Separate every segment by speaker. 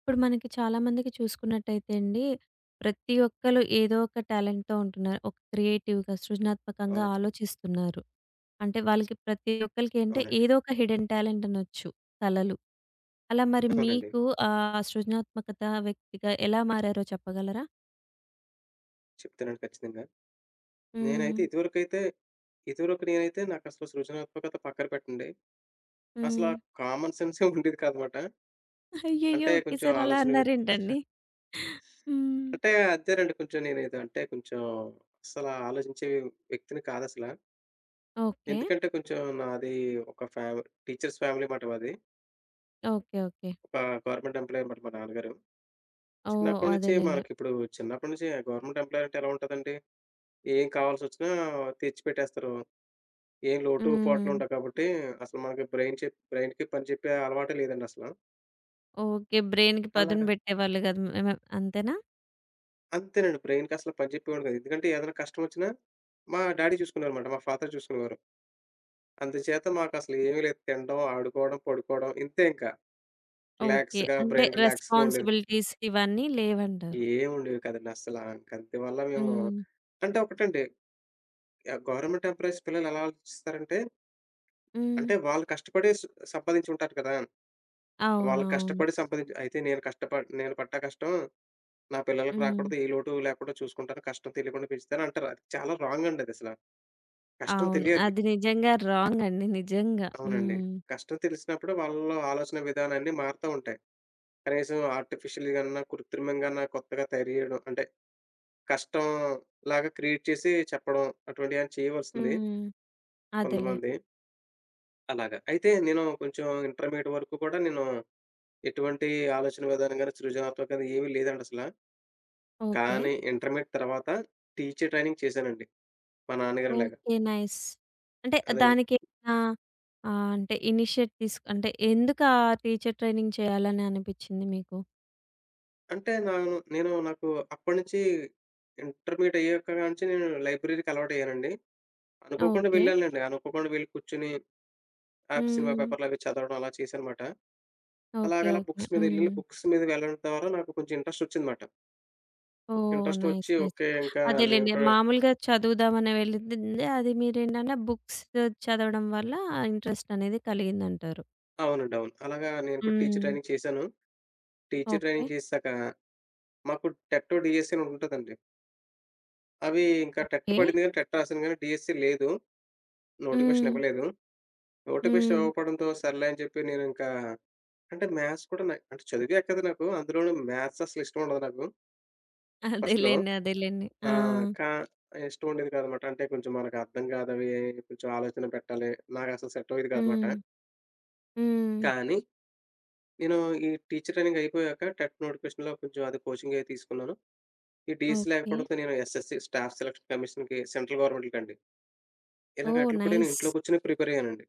Speaker 1: ఇప్పుడు మనకి చాలామందికి చూసుకున్నట్టయితే అండి, ప్రతి ఒక్కళ్ళు ఏదో ఒక టాలెంట్‌తో ఉంటున్నారు. ఒక క్రియేటివ్‌గా, సృజనాత్మకంగా
Speaker 2: అవునండి.
Speaker 1: ఆలోచిస్తున్నారు. అంటే వాళ్ళకి ప్రతి ఒక్కళ్ళకి అంటే
Speaker 2: అవునండి.
Speaker 1: ఏదో ఒక హిడెన్ టాలెంట్ అనొచ్చు. కళలు. అలా మరి
Speaker 2: అవునండి.
Speaker 1: మీకు ఆ సృజనాత్మకత వ్యక్తిగా ఎలా మారారో చెప్పగలరా?
Speaker 2: చెప్తానండి ఖచ్చితంగా.
Speaker 1: హ్మ్.
Speaker 2: నేనైతే ఇదివరకైతే ఇదివరకు నేనైతే నాకసలు సృజనాత్మకత పక్కన పెట్టండి. అసలా
Speaker 1: హ్మ్.
Speaker 2: కామన్ సెన్సే ఉండేది కాదనమాట.
Speaker 1: అయ్యయ్యో!
Speaker 2: అంటే కొంచెం
Speaker 1: ఒకేసారి అలా
Speaker 2: ఆలోచన వి
Speaker 1: అన్నారేంటండి? హ్మ్.
Speaker 2: అంటే అంతేనండి, కొంచెం నేనేదో, అంటే కొంచెం అసలా ఆలోచించే వ్యక్తిని కాదసల.
Speaker 1: ఓకే.
Speaker 2: ఎందుకంటే కొంచెం నాది ఒక టీచర్స్ ఫ్యామిలీ మాట మాది.
Speaker 1: ఓకే. ఓకే.
Speaker 2: ఒక గవర్నమెంట్ ఎంప్లాయీ అనమాట మా నాన్నగారు.
Speaker 1: ఓహ్!
Speaker 2: చిన్నప్పటి నుంచి
Speaker 1: అదేలెండి.
Speaker 2: మనకిప్పుడు చిన్నప్పటి నుంచి గవర్నమెంట్ ఎంప్లాయీ అంటే ఎలా ఉంటదండి, ఏం కావాల్సొచ్చినా తెచ్చిపెట్టేస్తారు. ఏం
Speaker 1: హ్మ్.
Speaker 2: లోటుపాట్లు ఉండవు కాబట్టి, అసలు మనకి బ్రైన్‌కి పని చెప్పే అలవాటే లేదండి అసల.
Speaker 1: ఓకే. బ్రెయిన్‌కి పదును
Speaker 2: అలాగా?
Speaker 1: పెట్టేవాళ్ళు కాదు. మే మే అంతేనా?
Speaker 2: అంతేనండి. బ్రైన్‌కి అసలు పని చెప్పేవాడు కాదు. ఎందుకంటే ఏదైనా కష్టం వచ్చినా మా డ్యాడీ చూసుకునేవారన్నమాట. మా ఫాదర్ చూసుకునేవారు. అందుచేత మాకసలు ఏమీ లేదు. తినడం, ఆడుకోవడం, పడుకోవడం ఇంతే ఇంకా.
Speaker 1: ఓకే. అంటే
Speaker 2: రిలాక్స్‌గా ఉండేది.
Speaker 1: రెస్పాన్సిబిలిటీస్ ఇవన్నీ లేవంటారు.
Speaker 2: ఏమి ఉండేవి కాదండి అస్సల. ఇంక అందువల్ల మేము
Speaker 1: హ్మ్.
Speaker 2: అంటే ఒకటండి, గవర్నమెంట్ ఎంప్లాయీస్ పిల్లలు ఎలా ఆలోచిస్తారంటే,
Speaker 1: హ్మ్.
Speaker 2: అంటే వాళ్ళు కష్టపడి స్ సంపాదించి ఉంటారు కదా! వాళ్ళు
Speaker 1: అవునవును.
Speaker 2: కష్టపడి సంపాదించి అయితే నేను పడ్డ కష్టం నా పిల్లలకి
Speaker 1: హ్మ్.
Speaker 2: రాకూడదు. ఏ లోటు లేకుండా చూసుకుంటాను. కష్టం తెలియకుండా పెంచుతానంటారు. అది చాలా రాంగ్ అండి అదసల. కష్టం
Speaker 1: అవును.
Speaker 2: తెలియాలి.
Speaker 1: అది నిజంగా రాంగ్ అండి. నిజంగా.
Speaker 2: అవునండి.
Speaker 1: హ్మ్.
Speaker 2: కష్టం తెలిసినప్పుడు వాళ్ళ ఆలోచన విధానాన్ని మారుతా ఉంటాయి. కనీసం ఆర్టిఫిషియల్‌గన్నా, కృత్రిమంగాన్నా కొత్తగా తయారు చేయడం, అంటే కష్టం లాగా క్రియేట్ చేసి చెప్పడం అటువంటియేమైనా చేయవలసింది
Speaker 1: హ్మ్. అదేలే.
Speaker 2: కొంతమంది. అలాగా. అయితే నేను కొంచెం ఇంటర్మీడియేట్ వరకు కూడా నేను ఎటువంటి ఆలోచన విధానం గాని, సృజనాత్మకత గాని ఏమీ లేదండసల.
Speaker 1: ఓకే.
Speaker 2: కానీ ఇంటర్మీడియేట్ తర్వాత టీచర్ ట్రైనింగ్ చేశానండి. మా నాన్నగారిలాగా.
Speaker 1: ఓకే. నైస్. అంటే
Speaker 2: అదే,
Speaker 1: దానికేమైనా అంటే ఇనిషియేట్ తీసుకు అంటే ఎందుకు టీచర్ ట్రైనింగ్ చేయాలని అనిపిచ్చింది మీకు?
Speaker 2: అంటే నాను నేను నాకు అప్పటినుంచి ఇంటర్మీడియేట్ అయ్యాక నుంచి నేను లైబ్రరీకి అలవాటయ్యానండి. అనుకోకుండా
Speaker 1: ఓకే.
Speaker 2: వెళ్ళానులెండి. అనుకోకుండా వెళ్లి కూర్చొని ఆ సినిమా
Speaker 1: హ్మ్.
Speaker 2: పేపర్‌లు అవి చదవడం అలా చేశానమాట.
Speaker 1: ఓకే.
Speaker 2: అలాగలా
Speaker 1: ఓకే.
Speaker 2: బుక్స్ మీద ఎళ్లి
Speaker 1: హ్మ్.
Speaker 2: బుక్స్ మీద వెళ్ళడం ద్వారా నాకు కొంచెం ఇంట్రెస్ట్ వచ్చిందమాట.
Speaker 1: ఓహ్!
Speaker 2: Interest
Speaker 1: nice.
Speaker 2: వచ్చి
Speaker 1: నైస్.
Speaker 2: ఓకే. ఇంకా నేను
Speaker 1: అదేలెండి.
Speaker 2: కూడా
Speaker 1: మామూలుగా చదువుదామని వెళ్ళింది. అది మీరేంటంటే బుక్స్ చదవడం వల్ల ఇంట్రెస్ట్ అనేది కలిగిందంటారు.
Speaker 2: అవునండి. అవును. అలాగా నేను కూడా టీచర్
Speaker 1: హ్మ్.
Speaker 2: ట్రైనింగ్ చేశాను. Teacher
Speaker 1: okay.
Speaker 2: ట్రైనింగ్ చేసాక మాకు టెట్టో, డీఎస్సీ అని ఉంటదండి. అవి ఇంకా
Speaker 1: ఓకే.
Speaker 2: టెట్ రాసాను గానీ డీఎస్సీ లేదు. నోటిఫికేషన్
Speaker 1: హ్మ్.
Speaker 2: ఇవ్వలేదు. నోటిఫికేషన్
Speaker 1: హ్మ్.
Speaker 2: ఇవ్వకపోవడంతో సర్లే అని చెప్పి నేను ఇంకా అంటే మ్యాథ్స్ కూడా నాకు, అంటే చదివే కదా నాకు. అందులోను మ్యాథ్స్ అసలు ఇష్టం ఉండదు నాకు ఫస్ట్‌లో.
Speaker 1: అదేలెండి. అదేలెండి. ఆ!
Speaker 2: ఆహ్, కా ఇష్టం ఉండేది కాదనమాట. అంటే కొంచెం మనకు అర్థం కాదవి, కొంచెం ఆలోచన పెట్టాలి. నాకసలు సెట్ అవ్వేది కాదనమాట.
Speaker 1: హ్మ్. హ్మ్.
Speaker 2: కానీ నేను ఈ టీచర్ ట్రైనింగ్ అయిపోయాక టెట్ నోటిఫికేషన్‌లో కొంచెం అది కోచింగే తీసుకున్నాను. ఈ డీఎస్సీ
Speaker 1: ఓకే.
Speaker 2: లేకపోవడంతో నేను ఎస్ఎస్సీ స్టాఫ్ సెలక్షన్ కమిషన్‌కి సెంట్రల్ గవర్నమెంట్‌కండి. ఇలాగ
Speaker 1: ఓహ్!
Speaker 2: ఆటిలకి కూడా నేను
Speaker 1: నైస్.
Speaker 2: ఇంట్లో కూర్చొని ప్రిపేర్ అయ్యానండి.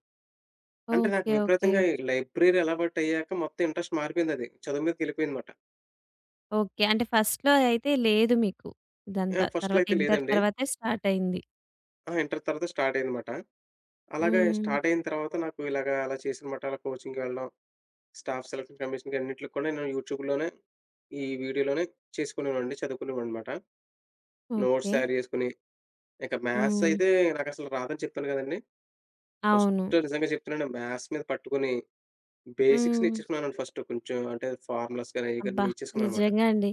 Speaker 2: అంటే నాకు
Speaker 1: ఓకే. ఓకే.
Speaker 2: విపరీతంగా ఈ లైబ్రరీ అలవాటయ్యాక మొత్తం ఇంట్రెస్ట్ మారిపోయిందది. చదువు మీదకెళ్ళిపోయిందనమాట.
Speaker 1: ఓకే. అంటే ఫస్ట్‌లో అయితే లేదు మీకు ఇదంతా.
Speaker 2: ఫస్ట్‌లో
Speaker 1: తర్వాత
Speaker 2: అయితే
Speaker 1: ఇంటర్
Speaker 2: లేదండి.
Speaker 1: తర్వాతే స్టార్ట్ అయింది.
Speaker 2: ఆ! ఇంటర్ తర్వాత స్టార్ట్ అయిందమాట. అలాగే
Speaker 1: హ్మ్.
Speaker 2: స్టార్ట్ అయిన తర్వాత నాకు ఇలాగా అలా చేశానమాట. అలా కోచింగ్‌కి వెళ్ళడం, స్టాఫ్ సెలక్షన్ కమిషన్‌కి అన్నిట్లికి కూడా నేను యూట్యూబ్‌లోనే, ఈ వీడియోలోనే చేసుకునేవాడిని. చదువుకునేవాడినమాట. Notes
Speaker 1: okay.
Speaker 2: తయారు చేసుకొని, ఇక మ్యాథ్స్
Speaker 1: హ్మ్.
Speaker 2: అయితే నాకసలు రాదని చెప్పాను కదండీ!
Speaker 1: అవును.
Speaker 2: ఫస్ట్ నిజంగా చెప్తున్నాను, మ్యాథ్స్ మీద పట్టుకొని బేసిక్స్
Speaker 1: హ్మ్.
Speaker 2: నేర్చేసుకున్నానండి ఫస్ట్ కొంచెం. అంటే ఫార్ములాస్ గాని, అయి గాని
Speaker 1: అబ్బా!
Speaker 2: నేర్చేసుకున్నానమాట.
Speaker 1: నిజంగా అండి.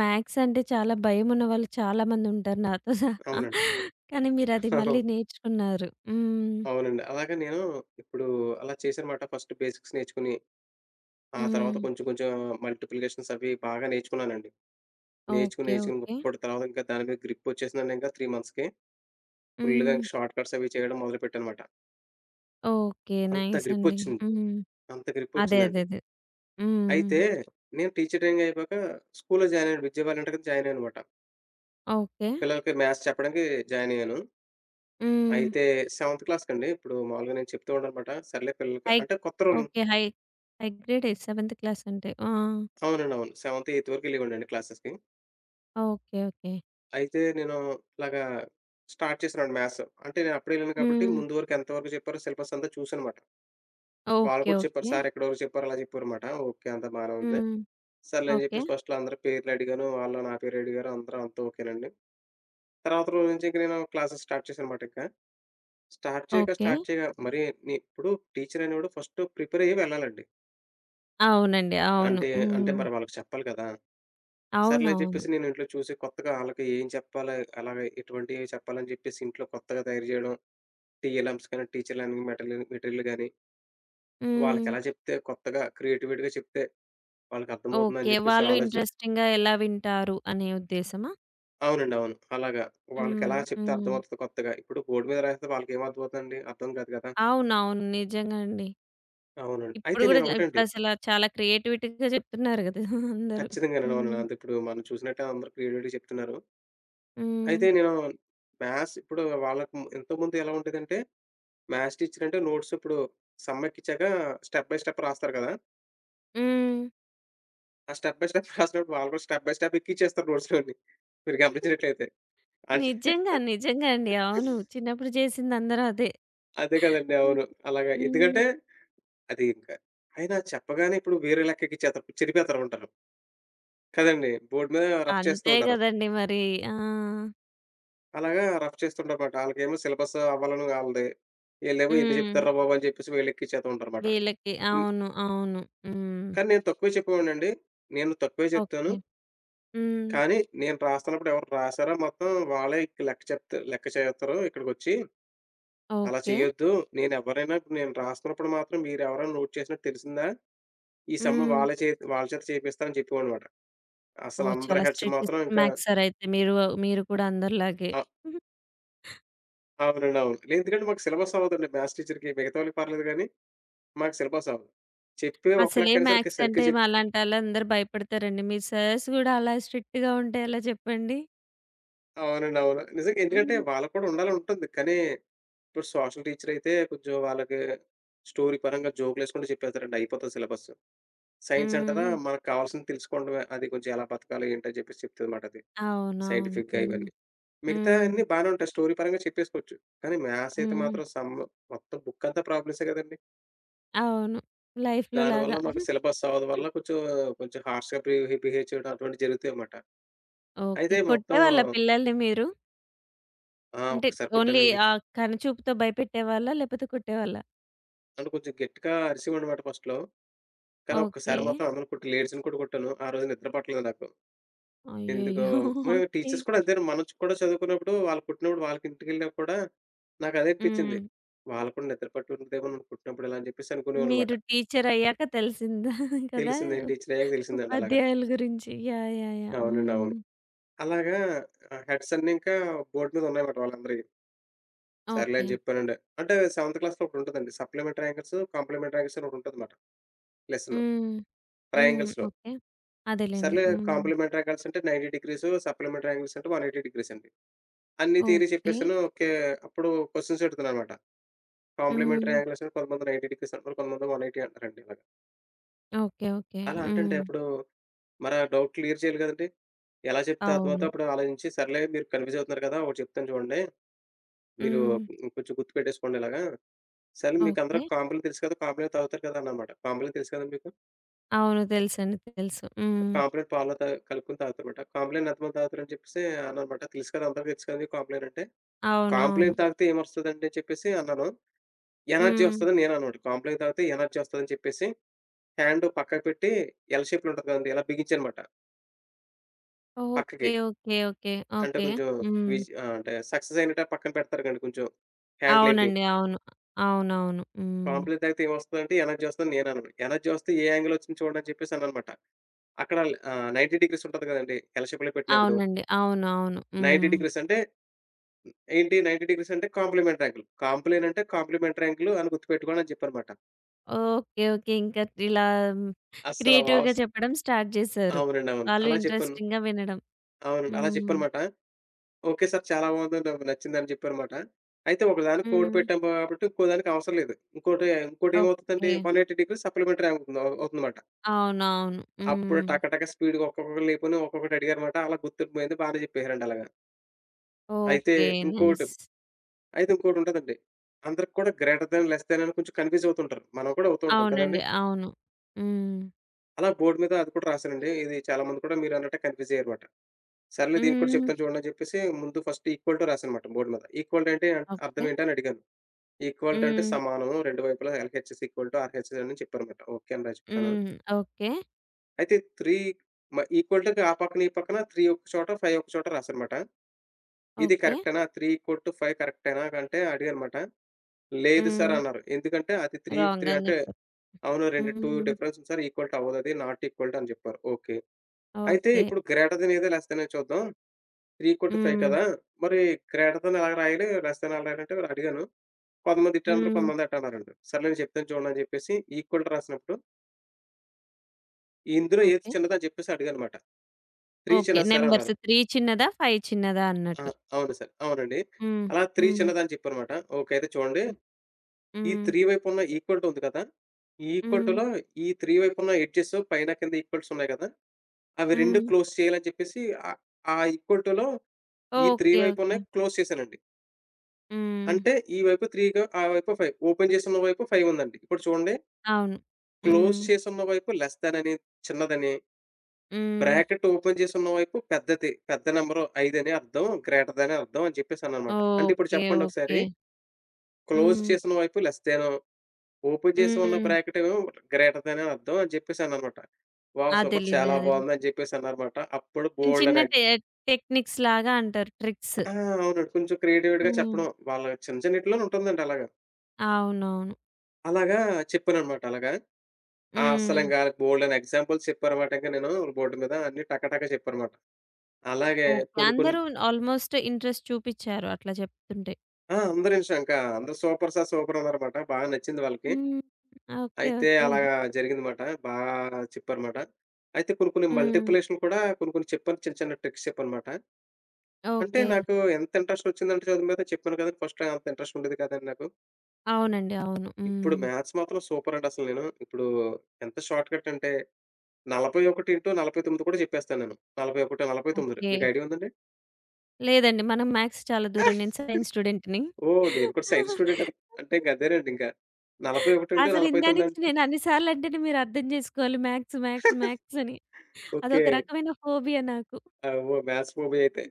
Speaker 1: మ్యాథ్స్ అంటే చాలా భయమున్న వాళ్ళు చాలామందుంటారు నాతో సహా.
Speaker 2: అవునండి.
Speaker 1: కానీ మీరది
Speaker 2: అవును.
Speaker 1: మళ్ళీ నేర్చుకున్నారు. హ్మ్.
Speaker 2: అవునండి. అలాగే నేను ఇప్పుడు అలా చేశానమాట. ఫస్ట్ బేసిక్స్ నేర్చుకొని ఆ తర్వాత
Speaker 1: హ్మ్.
Speaker 2: కొంచెం కొంచెం మల్టిప్లికేషన్స్ అవి బాగా నేర్చుకున్నానండి. నేర్చుకొని,
Speaker 1: ఓకే.
Speaker 2: నేర్చుకొని
Speaker 1: ఓకే.
Speaker 2: ఇప్పటి తర్వాత ఇంకా దాని మీద గ్రిప్పొచ్చేసిందండి ఇంకా 3 మంత్స్‌కే. ఫుల్‌గా
Speaker 1: హ్మ్.
Speaker 2: ఇంక షార్ట్ కట్స్ అవి చేయడం మొదలుపెట్టానమాట.
Speaker 1: ఓకే.
Speaker 2: అంత
Speaker 1: నైస్ అండి.
Speaker 2: గ్రిప్పొచ్చింది.
Speaker 1: హ్మ్.
Speaker 2: అంత
Speaker 1: అదే. అదే.
Speaker 2: గ్రిప్పొచ్చిందండి.
Speaker 1: అదే. హ్మ్.
Speaker 2: అయితే నేను టీచర్ ట్రైనింగ్ అయిపోయాక స్కూల్‌లో జాయిన్ అయ్యాను. విద్యాబాల ఇంటర్ కింద జాయిన్ అయ్యాననమాట.
Speaker 1: ఓకే.
Speaker 2: పిల్లలకి మ్యాథ్స్ చెప్పడానికి జాయిన్ అయ్యాను.
Speaker 1: హ్మ్.
Speaker 2: అయితే సెవెంత్ క్లాస్‌కండి. ఇప్పుడు మామూలుగా నేను చెప్తూ ఉంటాననమాట. సర్లే పిల్లలకి
Speaker 1: హై
Speaker 2: అంటే కొత్త రోల్,
Speaker 1: ఓకే. హై హై గ్రేడే సెవెంత్ క్లాస్ అంటే. ఆ!
Speaker 2: అవునండి. అవును. సెవెంత్, ఎయిత్ వరకు ఎళ్ళేవాడినండి క్లాసెస్‌కి.
Speaker 1: ఓకే. ఓకే.
Speaker 2: అయితే నేను ఇలాగా స్టార్ట్ చేశానండి మ్యాథ్స్. అంటే నేను అప్పుడే ఎళ్ళాను కాబట్టి
Speaker 1: హ్మ్.
Speaker 2: ముందు వరకు ఎంతవరకు చెప్పారో సిలబస్ అంతా చూసానమాట. వాళ్ళు
Speaker 1: ఓకే.
Speaker 2: కూడా చెప్పారు.
Speaker 1: ఓకే.
Speaker 2: సార్ ఎక్కడి వరకు చెప్పారు అలా చెప్పారన్నమాట. ఓకే. అంతా బానే ఉంది.
Speaker 1: హ్మ్.
Speaker 2: సర్లే అని
Speaker 1: ఓకే.
Speaker 2: చెప్పేసి ఫస్ట్‌లో అందరి పేర్లు అడిగాను. వాళ్ళు నా పేరు అడిగారు. అందరూ అంతా ఓకేనండి. తర్వాత రోజు నుంచి ఇంక నేను క్లాసెస్ స్టార్ట్ చేశానన్నమాట ఇంకా. స్టార్ట్ చేయక,
Speaker 1: ఓకే.
Speaker 2: స్టార్ట్ చేయక మరి ఇప్పుడు టీచర్ అనేవాడు ఫస్ట్ ప్రిపేర్ అయ్యి వెళ్ళాలండి.
Speaker 1: అవునండి. అవును.
Speaker 2: అంటే అంటే
Speaker 1: హ్మ్.
Speaker 2: మరి వాళ్ళకి చెప్పాలి కదా! సర్లే అని
Speaker 1: అవునవును.
Speaker 2: చెప్పేసి నేను ఇంట్లో చూసి కొత్తగా ఆళ్ళకి ఏం చెప్పాలి, అలాగే ఎటువంటివి చెప్పాలని చెప్పేసి ఇంట్లో కొత్తగా తయారు చేయడం. టీ ఎలమ్స్ కానీ, టీచర్ లెర్నింగ్ మెటీరియల్ మెటీరియల్ గాని,
Speaker 1: హ్మ్.
Speaker 2: వాళ్ళకెలా చెప్తే కొత్తగా క్రియేటివిటీగా చెప్తే వాళ్ళకర్థమవుతుందని
Speaker 1: ఓకే.
Speaker 2: చెప్పేసి
Speaker 1: వాళ్ళు ఇంట్రెస్టింగ్‌గా ఎలా వింటారు అనే ఉద్దేశమా?
Speaker 2: అవునండి. అవును. అలాగా.
Speaker 1: హ్మ్.
Speaker 2: వాళ్ళకెలా చెప్తే
Speaker 1: హ్మ్.
Speaker 2: అర్థమవుతది కొత్తగా. ఇప్పుడు బోర్డ్ మీద రాస్తే వాళ్ళకేం అర్థమవుతుందండి? అర్థం కాదు కదా!
Speaker 1: అవునవును. నిజంగా అండి.
Speaker 2: అవునండి.
Speaker 1: ఇప్పుడు
Speaker 2: అయితే
Speaker 1: గూడా
Speaker 2: నేను ఒకటండి
Speaker 1: ఇప్పుడసలా చాలా క్రియేటివిటీగా చెప్తున్నారు గదా! అందరూ.
Speaker 2: ఖచ్చితంగానండి. అవును.
Speaker 1: హ్మ్.
Speaker 2: అది ఇప్పుడు మనం చూసినట్టే అందరూ క్రియేటివిటీ చెప్తున్నారు.
Speaker 1: హ్మ్.
Speaker 2: అయితే నేను మ్యాథ్స్ ఇప్పుడు వాళ్ళకి ఇంతకుముందు ఎలా ఉండేదంటే మ్యాథ్స్ టీచర్ అంటే నోట్స్ ఇప్పుడు సమ్ ఎక్కిచ్చాక స్టెప్ బై స్టెప్ రాస్తారు కదా!
Speaker 1: హ్మ్.
Speaker 2: ఆ స్టెప్ బై స్టెప్ రాసినప్పుడు వాళ్ళు కూడా స్టెప్ బై స్టెప్ ఎక్కిచ్చేస్తారు నోట్స్‌లోని. మీరు గమనించినట్లయితే. అంటే
Speaker 1: నిజంగా. నిజంగా అండి. అవును. చిన్నప్పుడు చేసింది అందరూ అదే.
Speaker 2: అదే కదండీ! అవును. అలాగా
Speaker 1: హ్మ్.
Speaker 2: ఎందుకంటే అది ఇంకా ఆయన చెప్పగానే ఇప్పుడు వేరే లెక్క ఎక్కిచ్చేస్తారు. చెరిపేత్తా ఉంటారు. కదండీ! బోర్డ్ మీద రఫ్ చేస్తూ
Speaker 1: అంతే
Speaker 2: ఉంటారు.
Speaker 1: గదండీ మరి. ఆ!
Speaker 2: అలాగా రఫ్ చేస్తుంటారన్నమాట. ఆళ్ళకేమో సిలబస్ అవ్వాలని ఆళ్ళది. ఈళ్ళేమో ఎన్ని
Speaker 1: హ్మ్.
Speaker 2: చెప్తార్రా బాబు అని చెప్పేసి వీళ్ళు ఎక్కిచ్చేతూ ఉంటారన్నమాట.
Speaker 1: వీళ్ళకి
Speaker 2: హ్మ్.
Speaker 1: అవును. అవును. హ్మ్.
Speaker 2: కానీ నేను తక్కువే చెప్పేవాడినండి. నేను తక్కువే చెప్తాను.
Speaker 1: ఓకే. హ్మ్.
Speaker 2: కానీ నేను రాస్తున్నప్పుడు ఎవరు రాసారో మొత్తం వాళ్ళే ఇక్ లెక్క చెప్తా లెక్క చేస్తారు ఇక్కడికొచ్చి. అలా
Speaker 1: ఓకే.
Speaker 2: చేయొద్దు. నేనెవరైనా ఇప్పుడు నేను రాస్తున్నప్పుడు మాత్రం మీరెవరైనా నోట్ చేసినట్టు తెలిసిందా? ఈ సమ్
Speaker 1: హ్మ్.
Speaker 2: వాళ్ళ చేత చేపిస్తా అని చెప్పేవాడనమాట.
Speaker 1: ఓహ్!
Speaker 2: అసలందరి
Speaker 1: చాలా
Speaker 2: హెడ్స్
Speaker 1: స్ట్రిక్ట్
Speaker 2: మాత్రం ఇంకా
Speaker 1: మ్యాథ్స్ సార్ అయితే మీరు, మీరు కూడా అందరిలాగే.
Speaker 2: అ
Speaker 1: హుహు.
Speaker 2: అవునండి. అవును. లేదు, ఎందుకంటే మాకు సిలబస్ అవ్వదండి మ్యాథ్స్ టీచర్‌కి. మిగతా వాళ్ళకి పర్లేదు గానీ, మాకు సిలబస్ అవ్వదు. చెప్పే ఒక్క
Speaker 1: అసలే
Speaker 2: లెక్కైనా సరే
Speaker 1: మ్యాథ్స్
Speaker 2: సరిగ్గా
Speaker 1: అంటే
Speaker 2: చెప్
Speaker 1: మాలాంటోళ్ళందరూ భయపడతారండి. మీ సార్స్ గూడా అలా స్ట్రిక్ట్‌గా ఉంటే ఎలా చెప్పండి?
Speaker 2: అవునండి. అవును. నిజంగా ఎందుకంటే
Speaker 1: హుహుహు.
Speaker 2: వాళ్ళకి కూడా ఉండాలనుంటుంది. కానీ, ఇప్పుడు సోషల్ టీచరయితే కొంచెం వాళ్ళకి స్టోరీ పరంగా జోకులేసుకుంటూ చెప్పేస్తారండి. అయిపోతది సిలబస్సు. సైన్స్ అంటారా,
Speaker 1: హ్మ్.
Speaker 2: మనకు కావాల్సింది తెలుసుకోవడమే. అది కొంచెం ఎలా బతకాలి ఏంటి అని చెప్పేసి చెప్తదన్నమాట అది.
Speaker 1: అవునవును.
Speaker 2: సైంటిఫిక్‌గా
Speaker 1: హ్మ్.
Speaker 2: ఇవన్నీ. మిగతా
Speaker 1: హ్మ్.
Speaker 2: అన్నీ బానే ఉంటాయి. స్టోరీ పరంగా చెప్పేసుకోవచ్చు. కానీ మ్యాథ్స్ అయితే
Speaker 1: హ్మ్.
Speaker 2: మాత్రం సమ్, మొత్తం బుక్ అంతా ప్రాబ్లమ్సే కదండీ!
Speaker 1: అవును. లైఫ్‌లో
Speaker 2: దానివల్ల
Speaker 1: లాగా.
Speaker 2: మాకు సిలబస్ అవ్వదు వల్ల కొంచెం, కొంచెం హార్ష్‌గా బిహేవ్ చేయడం అటువంటివి జరుగుతాయన్నమాట.
Speaker 1: ఓకే.
Speaker 2: అయితే మొత్తం
Speaker 1: కొట్టేవాళ్ళా పిల్లల్ని మీరు?
Speaker 2: ఆ!
Speaker 1: అంటే
Speaker 2: ఒక్కసారి
Speaker 1: ఓన్లీ
Speaker 2: కొట్టానండి.
Speaker 1: కనుచూపుతో భయపెట్టేవాళ్ళా? లేపోతే కొట్టేవాళ్ళా?
Speaker 2: అంటే కొంచెం గట్టిగా అరిసేవాడినన్నమాట ఫస్ట్‌లో. కానీ
Speaker 1: ఓకే.
Speaker 2: ఒక్కసారి మాత్రం అందరిని కొట్టి లేడీస్‌ని కూడా కొట్టాను. ఆ రోజు నిద్ర పట్టలేదు నాకు. ఎందుకో,
Speaker 1: అయ్యయ్యో!
Speaker 2: మేము
Speaker 1: ఓకే.
Speaker 2: టీచర్స్ కూడా అదే మనం కూడా చదువుకున్నప్పుడు వాళ్ళు కొట్టినప్పుడు వాళ్ళకి ఇంటికెళ్ళినా కూడా నాకదే అనిపించింది.
Speaker 1: హ్మ్.
Speaker 2: వాళ్ళు కూడా నిద్ర పట్టి ఉంటదేమో నన్ను కొట్టినప్పుడు ఇలా అని చెప్పేసి అనుకునేవాడినమాట.
Speaker 1: మీరు టీచర్ అయ్యాక తెలిసిందా కదా!
Speaker 2: తెలిసిందేంటి, టీచర్ అయ్యాక తెలిసిందండి అలాగా.
Speaker 1: ఉపాధ్యాయుల గురించి. యాహ్! యాహ్! యాహ్!
Speaker 2: అవునండి.
Speaker 1: హ్మ్.
Speaker 2: అవును. అలాగా, హెడ్స్ అన్నీ ఇంకా బోర్డ్ మీద ఉన్నాయన్నమాట వాళ్ళందరియి. సర్లే
Speaker 1: ఓకే.
Speaker 2: అని చెప్పానండి. అంటే సెవెంత్ క్లాస్‌లో ఒకటుంటదండి. సప్లిమెంట్ ట్రయాంగిల్స్, కాంప్లిమెంట్ ట్రయాంగిల్స్ అని ఒకటుంటదన్నమాట లెసన్
Speaker 1: హ్మ్. హ్మ్.
Speaker 2: ట్రయాంగిల్స్‌లో.
Speaker 1: ఓకే. అదేలెండి.
Speaker 2: సర్లే,
Speaker 1: హ్మ్.
Speaker 2: కాంప్లిమెంట్ ట్రయాంగిల్స్ అంటే 90 డిగ్రీస్, సప్లిమెంట్ ట్రయాంగిల్స్ అంటే 180 డిగ్రీస్ అండి. అన్ని థియరీ
Speaker 1: ఓకే.
Speaker 2: చెప్పేసాను. ఓకే. అప్పుడు క్వెషన్స్ అడుగుతున్నానన్నమాట. కాంప్లిమెంటరీ
Speaker 1: హ్మ్.
Speaker 2: యాంగిల్స్ అని కొంతమంది 90 డిగ్రీస్ అంటున్నారు. కొంతమంది 180 అంటున్నారండి ఇలాగ.
Speaker 1: ఓకే. ఓకే.
Speaker 2: అలా అంటుంటే
Speaker 1: హ్మ్.
Speaker 2: అప్పుడు మరి ఆ డౌట్ క్లియర్ చేయాలి కదండీ! ఎలా చెప్తే అర్థమవుద్దో
Speaker 1: అవును.
Speaker 2: అప్పుడు ఆలోచించి, సర్లే మీరు కన్‌ఫ్యూజ్ అవుతున్నారు కదా! ఒకటి చెప్తాను చూడండి. మీరు
Speaker 1: హ్మ్.
Speaker 2: కొంచెం గుర్తుపెట్టేసుకోండి ఇలాగా. సర్లే మీకు
Speaker 1: ఓకే.
Speaker 2: అందరికి కాంప్లెయిన్ తెలుసు కదా! కాంప్లెయిన్ తాగుతారు కదా! అన్నమాట. కాంప్లెయిన్ తెలుసు కదండీ మీకు.
Speaker 1: అవును. తెలుసండి. తెలుసు. హ్మ్.
Speaker 2: కాంప్లెయిన్ పాలలో కలుపుకొని తాగుతారన్నమాట. కాంప్లెయిన్ ఎంతమంది తాగుతారని చెప్పేసి అన్నానన్నమాట. తెలుసు కదా! అందరికి తెలుసు కదా! మీకు కాంప్లెయిన్ అంటే.
Speaker 1: అవునవును.
Speaker 2: కాంప్లెయిన్ తాగితే ఏమొస్తదండి అని చెప్పేసి అన్నాను. ఎనర్జీ
Speaker 1: హ్మ్.
Speaker 2: ఒస్తదని నేనన్నమాట. కాంప్లెయిన్ తాగితే ఎనర్జీ ఒస్తదని చెప్పేసి, హ్యాండు పక్కకు పెట్టి ఎల్ షేప్‌లో ఉంటది కదండీ! ఇలా బిగించానమాట పక్కకి.
Speaker 1: ఓకే. ఓకే. ఓకే.
Speaker 2: అంటే
Speaker 1: ఓకే.
Speaker 2: కొంచెం
Speaker 1: హ్మ్.
Speaker 2: విజ్ ఆహ్, అంటే సక్సెస్ అయినట్టు పక్కన పెడతారు కదండీ కొంచెం హ్యాండ్ లేపి.
Speaker 1: అవునండి. అవును. అవునవును. హ్మ్.
Speaker 2: కాంప్లెయిన్ తాగితే ఏమొస్తదంటే ఎనర్జీ ఒస్తదని నేనన్నాను. ఎనర్జీ ఒస్తే ఏ యాంగిల్ ఒచ్చింది చూడండి అని చెప్పేసి అన్నానమాట. అక్కడ 90 డిగ్రీస్ ఉంటది కదండీ! ఎల్ షేప్‌లో పెట్టినప్పుడు.
Speaker 1: అవునండి. అవును. అవును.
Speaker 2: 90
Speaker 1: హ్మ్.
Speaker 2: డిగ్రీస్ అంటే ఏంటి 90 డిగ్రీస్ అంటే కాంప్లిమెంటరీ యాంగిల్. కాంప్లెయిన్ అంటే కాంప్లిమెంటరీ యాంగిల్ అని గుర్తుపెట్టుకోండి అని చెప్పానమాట.
Speaker 1: ఓకే. ఓకే. ఇంకా ఇలా హ్మ్.
Speaker 2: అస్సల
Speaker 1: క్రియేటివ్‌గా
Speaker 2: వావ్!
Speaker 1: చెప్పడం స్టార్ట్ జేశారు.
Speaker 2: అవునండి. అవును.
Speaker 1: వాళ్ళు
Speaker 2: అలా చెప్పాను.
Speaker 1: ఇంట్రెస్టింగ్‌గా వినడం.
Speaker 2: అవునండి. అలా
Speaker 1: హ్మ్.
Speaker 2: చెప్పానమాట. Okay sir. చాలా బాగుందని నాకు నచ్చిందని చెప్పారమాట. అయితే ఒకదానికి కోడ్
Speaker 1: హ్మ్.
Speaker 2: పెట్టాం కాబట్టి ఇంకో దానికి అవసరం లేదు. ఇంకోటి, ఇంకోటేమవుతుందండి,
Speaker 1: ఓకే.
Speaker 2: 180 డిగ్రీస్ సప్లిమెంటరీ అవుతుందమాట.
Speaker 1: అవునవును.
Speaker 2: అప్పుడు
Speaker 1: హ్మ్.
Speaker 2: టక టక స్పీడ్‌గా ఒక్కొక్కళ్ళు లేపోని ఒక్కొక్కటి అడిగారుమాట. అలా గుర్తుండిపోయింది. బానే చెప్పేసారండి అలాగా. అయితే
Speaker 1: ఓకే.
Speaker 2: ఇంకోటి
Speaker 1: నైస్.
Speaker 2: అయితే ఇంకోటుంటదండి. అందరికి కూడా గ్రేటర్ థాన్, లెస్ థాన్ అని కొంచెం కన్‌ఫ్యూజ్ అవుతుంటారు. మనం కూడా అవుతూ ఉంటాం కదండీ!
Speaker 1: అవునండి. అవును. హ్మ్.
Speaker 2: అలా బోర్డ్ మీద అది కూడా రాసానండి. ఇది చాలా మంది కూడా మీరన్నట్టే కన్‌ఫ్యూజ్ అయ్యారుమాట. సర్లే దీనికి కూడా
Speaker 1: హ్మ్.
Speaker 2: చెప్తాను చూడండి అని చెప్పేసి ముందు ఫస్ట్ ఈక్వల్ టూ రాసానమాట బోర్డ్ మీద. ఈక్వల్ అంటే అర్థం
Speaker 1: ఓకే.
Speaker 2: ఏంటి అని అడిగాను. ఈక్వల్‌టు అంటే
Speaker 1: హ్మ్.
Speaker 2: సమానం. రెండు వైపులా ఎల్‌హెచ్ఎస్ ఈక్వల్ టు ఆర్‌హెచ్ఎస్ అని చెప్పారనమాట. ఓకే అని చెప్పాను.
Speaker 1: హ్మ్. ఓకే.
Speaker 2: అయితే 3 మ ఈక్వల్ టూ‌కి ఆ పక్కన, ఈ పక్కన 3 ఒక చోట, 5 ఒక చోట రాసారనమాట. ఇది
Speaker 1: ఓకే.
Speaker 2: కరెక్టేనా? 3 ఈక్వల్ టు 5 కరెక్టేనా? అంటే అడిగానమాట. లేదు సార్
Speaker 1: హ్మ్.
Speaker 2: అన్నారు. ఎందుకంటే అది 3,
Speaker 1: రాంగ్
Speaker 2: 3
Speaker 1: అని
Speaker 2: అంటే
Speaker 1: జెప్పారు.
Speaker 2: అవును. రెండు 2
Speaker 1: హ్మ్.
Speaker 2: డిఫరెన్స్ ఉంది సార్. ఈక్వల్ టు అవ్వదది. నాట్ ఈక్వల్ టు అని చెప్పారు. ఓకే. అయితే
Speaker 1: ఓకే.
Speaker 2: ఇప్పుడు గ్రేటర్ దెన్ ఏదో, లెస్ దెన్ ఏదో చూద్దాం. 3 ఈక్వల్ టు 5
Speaker 1: హ్మ్.
Speaker 2: కదా! మరి గ్రేటర్ దెన్ ఎలా రాయాలి? లెస్ దెన్ ఎలా రాయాలి అంటే అడిగాను. కొంతమంది ఇట్టన్నారు,
Speaker 1: హ్మ్.
Speaker 2: కొంతమంది అట్ట అన్నారండి. సర్లే నేను చెప్తాను చూడండి అని చెప్పేసి ఈక్వల్ రాసినప్పుడు ఇందులో ఏది
Speaker 1: ఓకే.
Speaker 2: చిన్నదని చెప్పేసి అడిగానమాట. 3
Speaker 1: ఓకే.
Speaker 2: చిన్నది సార్
Speaker 1: నంబర్స్
Speaker 2: అన్నారు.
Speaker 1: 3 చిన్నదా? 5 చిన్నదా
Speaker 2: ఆ!
Speaker 1: అన్నట్టు.
Speaker 2: అవును సార్. అవునండి.
Speaker 1: హ్మ్.
Speaker 2: అలా 3
Speaker 1: హ్మ్.
Speaker 2: చిన్నదని చెప్పానమాట. ఓకే. అయితే చూడండి
Speaker 1: హ్మ్.
Speaker 2: ఈ
Speaker 1: హ్మ్.
Speaker 2: 3 వైపున్న ఈక్వల్ టూ ఉంది కదా! ఈ ఈక్వల్
Speaker 1: హ్మ్.
Speaker 2: టూలో ఈ 3 వైపున్న ఎడ్జెస్ పైన, కింద ఈక్వల్స్ ఉన్నాయి కదా! అవి 2
Speaker 1: హ్మ్.
Speaker 2: క్లోజ్ చేయాలని చెప్పేసి ఆహ్, ఆ ఈక్వల్ టూలో ఈ 3
Speaker 1: ఓకే. ఓకే.
Speaker 2: వైపున్నయి క్లోజ్ చేశానండి.
Speaker 1: హ్మ్.
Speaker 2: అంటే ఈ వైపు 3గా ఆ వైపు 5. ఓపెన్ చేసున్న వైపు 5 ఉందండి. ఇప్పుడు చూడండి
Speaker 1: అవును.
Speaker 2: క్లోజ్
Speaker 1: హ్మ్.
Speaker 2: చేసున్న వైపు లెస్ థాన్ అని, చిన్నదని,
Speaker 1: హ్మ్.
Speaker 2: బ్రాకెట్ ఓపెన్ చేసి ఉన్న వైపు పెద్దది. పెద్ద నంబరు 5 అని అర్థం. గ్రేటర్ దాన్ అని అర్థం అని చెప్పేసననమాట. అంటే ఇప్పుడు
Speaker 1: ఓకే.
Speaker 2: చెప్పండి
Speaker 1: ఓకే.
Speaker 2: ఒకసారి. క్లోజ్
Speaker 1: హ్మ్.
Speaker 2: చేసిన వైపు లెస్ దాను. ఓపెన్ చేసి ఉన్న
Speaker 1: హ్మ్.
Speaker 2: బ్రాకెట్ ఏమో గ్రేటర్ దాన్ అని అర్థం అని చెప్పేసననమాట. వావ్! సూపర్,
Speaker 1: అదేలెండి.
Speaker 2: చాలా
Speaker 1: అదేలే.
Speaker 2: బావుంది అని చెప్పేసన్నారమాట. అప్పుడు
Speaker 1: చిన్న చిన్న
Speaker 2: బోలెడన్ని
Speaker 1: టెక్నిక్స్‌లాగా అంటారు. ట్రిక్స్.
Speaker 2: ఐ ఆ! అవునండి. కొంచెం క్రియేటివిటీ‌గా
Speaker 1: హ్మ్.
Speaker 2: చెప్పడం. వాళ్ళ చిన్న చిన్నిటిలోనే ఉంటుందండి అలాగా.
Speaker 1: అవునవును.
Speaker 2: అలాగా చెప్పాననమాట అలాగా. ఆ!
Speaker 1: హ్మ్.
Speaker 2: అస్సలింకా బోలెడన్ని ఎగ్జాంపుల్స్ చెప్పారనమాట. ఇంక నేను బోర్డ్ మీద అన్నీ టక టక చెప్పానమాట. అలాగే
Speaker 1: ఓకే.
Speaker 2: కొన్ని కొన్ని
Speaker 1: అందరూ ఆల్‌మోస్ట్ ఇంట్రెస్ట్ చూపిచ్చారు అట్లా చెప్తుంటే.
Speaker 2: ఆ! అందరూ ఇంకా అందరూ సూపర్ సార్ సూపర్ అన్నారమాట. బాగా నచ్చింది వాళ్ళకి.
Speaker 1: హ్మ్. ఓకే.
Speaker 2: అయితే
Speaker 1: ఓకే.
Speaker 2: అలాగా జరిగిందిమాట. చెప్పారుమాట. అయితే కొన్ని కొన్ని
Speaker 1: హ్మ్.
Speaker 2: మల్టిప్లికేషన్ కూడా కొన్ని కొన్ని చెప్పాను. చిన్న చిన్న ట్రిక్స్ చెప్పానుమాట. అంటే
Speaker 1: ఓకే.
Speaker 2: నాకు ఎంత ఇంట్రెస్ట్ వచ్చిందంటే చదువు మీద, చెప్పాను కదండీ ఫస్ట్ అంత ఇంట్రెస్ట్ ఉండేది కాదండి నాకు.
Speaker 1: అవునండి. అవును. హ్మ్.
Speaker 2: ఇప్పుడు మ్యాథ్స్ మాత్రం సూపర్ అండి అసలు నేను. ఇప్పుడు ఎంత షార్ట్ కట్ అంటే 41 ఇంటూ 49 కూడా చెప్పేస్తాను నేను. 41, 49
Speaker 1: ఓకే.
Speaker 2: మీకు ఐడియా ఉందండి?
Speaker 1: లేదండి. మనం మ్యాథ్స్ చాలా దూరం. నేను సైన్స్ స్టూడెంట్‌ని.
Speaker 2: ఓహ్! నేను కూడా సైన్స్ స్టూడెంట్, అంటే గదేనండి ఇంకా. 41 ఇంటూ
Speaker 1: అసలు ఇందా
Speaker 2: 49
Speaker 1: నుంచి
Speaker 2: అంటే
Speaker 1: నేను అన్ని సార్లు అంటేనే మీరు అర్థం చేసుకోవాలి మ్యాథ్స్, మ్యాథ్స్, మ్యాథ్స్ అని.
Speaker 2: ఓకే.
Speaker 1: అదొక రకమైన ఫోబియా నాకు.
Speaker 2: ఆ! ఓ మ్యాథ్స్ మూవీ అయితే.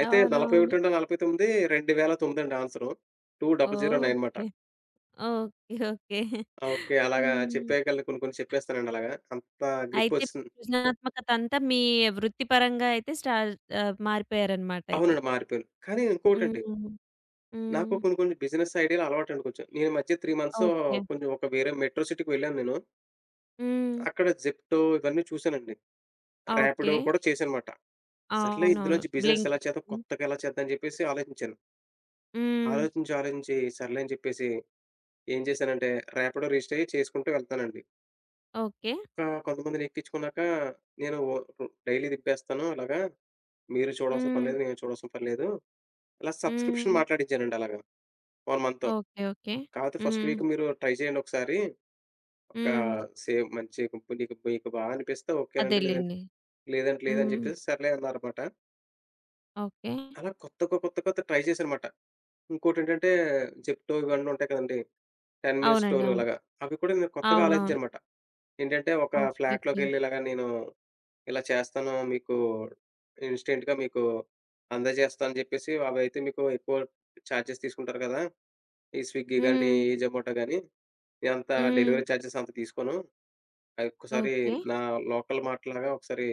Speaker 2: అయితే
Speaker 1: అవునవును.
Speaker 2: 41-49 2009 అండి ఆన్సరు. 2009 మాట.
Speaker 1: ఓకే. ఓకే. ఓకే.
Speaker 2: ఆ! ఓకే. అలాగా
Speaker 1: హ్మ్.
Speaker 2: చెప్పేయగలను కొన్ని కొన్ని చెప్పేస్తానండి అలాగా. అంత
Speaker 1: అయితే
Speaker 2: గ్రిప్పొచ్చేసింది.
Speaker 1: సృజనాత్మకత అంతా మీ వృత్తిపరంగా అయితే మారిపోయారన్నమాట అయితే.
Speaker 2: అవునండి మారిపోయాను. కానీ ఇంకోటండి,
Speaker 1: హ్మ్.
Speaker 2: నాకు
Speaker 1: హ్మ్.
Speaker 2: కొన్ని కొన్ని బిజినెస్ ఐడియాలు అలవాటండి కొంచెం. నేను ఈ మధ్య 3 మంత్స్
Speaker 1: ఓకే.
Speaker 2: కొంచెం ఒక వేరే మెట్రో సిటీకి వెళ్ళాను నేను.
Speaker 1: హ్మ్.
Speaker 2: అక్కడ జెప్టో ఇవన్నీ చూసానండి.
Speaker 1: ఓకే.
Speaker 2: ర్యాపిడో కూడా చేశానమాట. సర్లే
Speaker 1: అవునవును.
Speaker 2: ఇందులోంచి బిజినెస్ ఎలా చేద్దాం?
Speaker 1: బ్లింకింగ్.
Speaker 2: కొత్తగా ఎలా చేద్దాం? అని జెప్పేసి ఆలోచించాను.
Speaker 1: హ్మ్.
Speaker 2: ఆలోచించి, సర్లే అని చెప్పేసి ఏం చేశానంటే, ర్యాపిడో రిజిస్టర్ అయ్యి చేసుకుంటూ వెళ్తానండి.
Speaker 1: ఓకే.
Speaker 2: ఇంకా కొంతమందిని ఎక్కించుకున్నాక నేను ఓ రు డైలీ తిప్పేస్తాను అలాగా. మీరు చూడవలసిన పని
Speaker 1: హ్మ్.
Speaker 2: లేదు, నేను చూడవలసిన పని లేదు. అలా సబ్స్క్రిప్షన్
Speaker 1: హ్మ్.
Speaker 2: మాట్లాడించానండి అలాగా 1 మంతు.
Speaker 1: ఓకే. ఓకే.
Speaker 2: కాపోతే ఫస్ట్
Speaker 1: హ్మ్.
Speaker 2: వీక్ మీరు ట్రై చేయండి ఒకసారి. ఒక
Speaker 1: హ్మ్.
Speaker 2: సేమ్ మంచి ఇప్పుడు మీకు బాగా అనిపిస్తే ఓకేనండి. లేదంటే
Speaker 1: అదేలెండి.
Speaker 2: లేదంటే లేదని
Speaker 1: హ్మ్.
Speaker 2: చెప్పేసి సర్లే అన్నారన్నమాట.
Speaker 1: ఓకే.
Speaker 2: అలా కొత్త కొ కొత్త కొత్త ట్రై చేశానన్నమాట. ఇంకోటేంటంటే జెప్టో ఇవన్నీ ఉంటాయి కదండీ. 10 మినిట్స్
Speaker 1: అవునండి.
Speaker 2: స్టోర్
Speaker 1: అవును.
Speaker 2: అలాగా. అవి కూడా నేను కొత్తగా
Speaker 1: అవునవును.
Speaker 2: ఆలోచించానన్నమాట. ఏంటంటే, ఒక
Speaker 1: ఓకే. ఓకే.
Speaker 2: ఫ్లాట్‌లోకెళ్ళి ఇలాగ నేను ఇలా చేస్తాను. ఇన్‌స్టెంట్‌గా మీకు అందజేస్తా అని జెప్పేసి అవైతే మీకు ఎక్కువ చార్జెస్ తీసుకుంటారు కదా! ఈ స్విగ్గీ గాని,
Speaker 1: హ్మ్.
Speaker 2: ఈ జొమాటో గాని. నేనంత
Speaker 1: హ్మ్.
Speaker 2: డెలివరీ చార్జెస్ అంత తీసుకోను. అది ఒక్కసారి
Speaker 1: ఓకే.
Speaker 2: నా లోకల్ మార్ట్‌లాగా ఒకసారి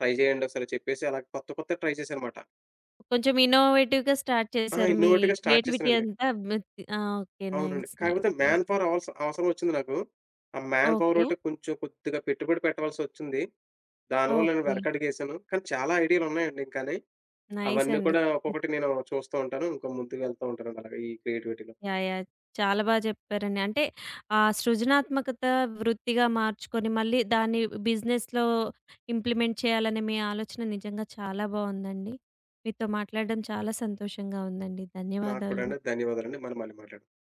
Speaker 2: ట్రై జేయండి ఒకసారి చెప్పేసి అలా కొత్త కొత్తవి ట్రై చేశానమాట.
Speaker 1: కొంచెం ఇన్నోవేటివ్‌గా స్టార్ట్
Speaker 2: ఆ!
Speaker 1: చేశారు. మీ
Speaker 2: ఇన్నోవేటివ్‌గా స్టార్ట్
Speaker 1: క్రియేటివిటీ
Speaker 2: చేశానండి.
Speaker 1: అంతా ఆ! ఓకే.
Speaker 2: అవునండి.
Speaker 1: నైస్.
Speaker 2: కాకపోతే
Speaker 1: నైస్.
Speaker 2: Man
Speaker 1: nice.
Speaker 2: పవర్ అవసరమొచ్చింది నాకు. ఆ మ్యాన్
Speaker 1: ఓకే.
Speaker 2: పవరోటి కొంచెం కొద్దిగా పెట్టుబడి పెట్టవలసొచ్చింది. దానివల్ల నేను
Speaker 1: ఓకే.
Speaker 2: వెనకడుగేశాను. కానీ చాలా ఐడియాలున్నాయండి ఇంకాని.
Speaker 1: నైస్
Speaker 2: అవన్నీ
Speaker 1: అండి.
Speaker 2: కూడా ఒక్కొక్కటి నేను చూస్తూ ఉంటాను. ఇంకా ముందుకు వెళ్తూ ఉంటానండి అలాగా ఈ క్రియేటివిటీలో.
Speaker 1: యాహ్! యాహ్! చాలా బాగా చెప్పారండి. అంటే ఆ సృజనాత్మకత వృత్తిగా మార్చుకొని మళ్ళీ దాన్ని బిజినెస్‌లో ఇంప్లిమెంట్ చేయాలనే మీ ఆలోచన నిజంగా చాలా బావుందండి. మీతో మాట్లాడడం చాలా సంతోషంగా ఉందండి.
Speaker 2: నాకు కూడా
Speaker 1: ధన్యవాదాలు.
Speaker 2: అండి ధన్యవాదాలండి. మనం మళ్ళీ మాట్లాడుకుందాం.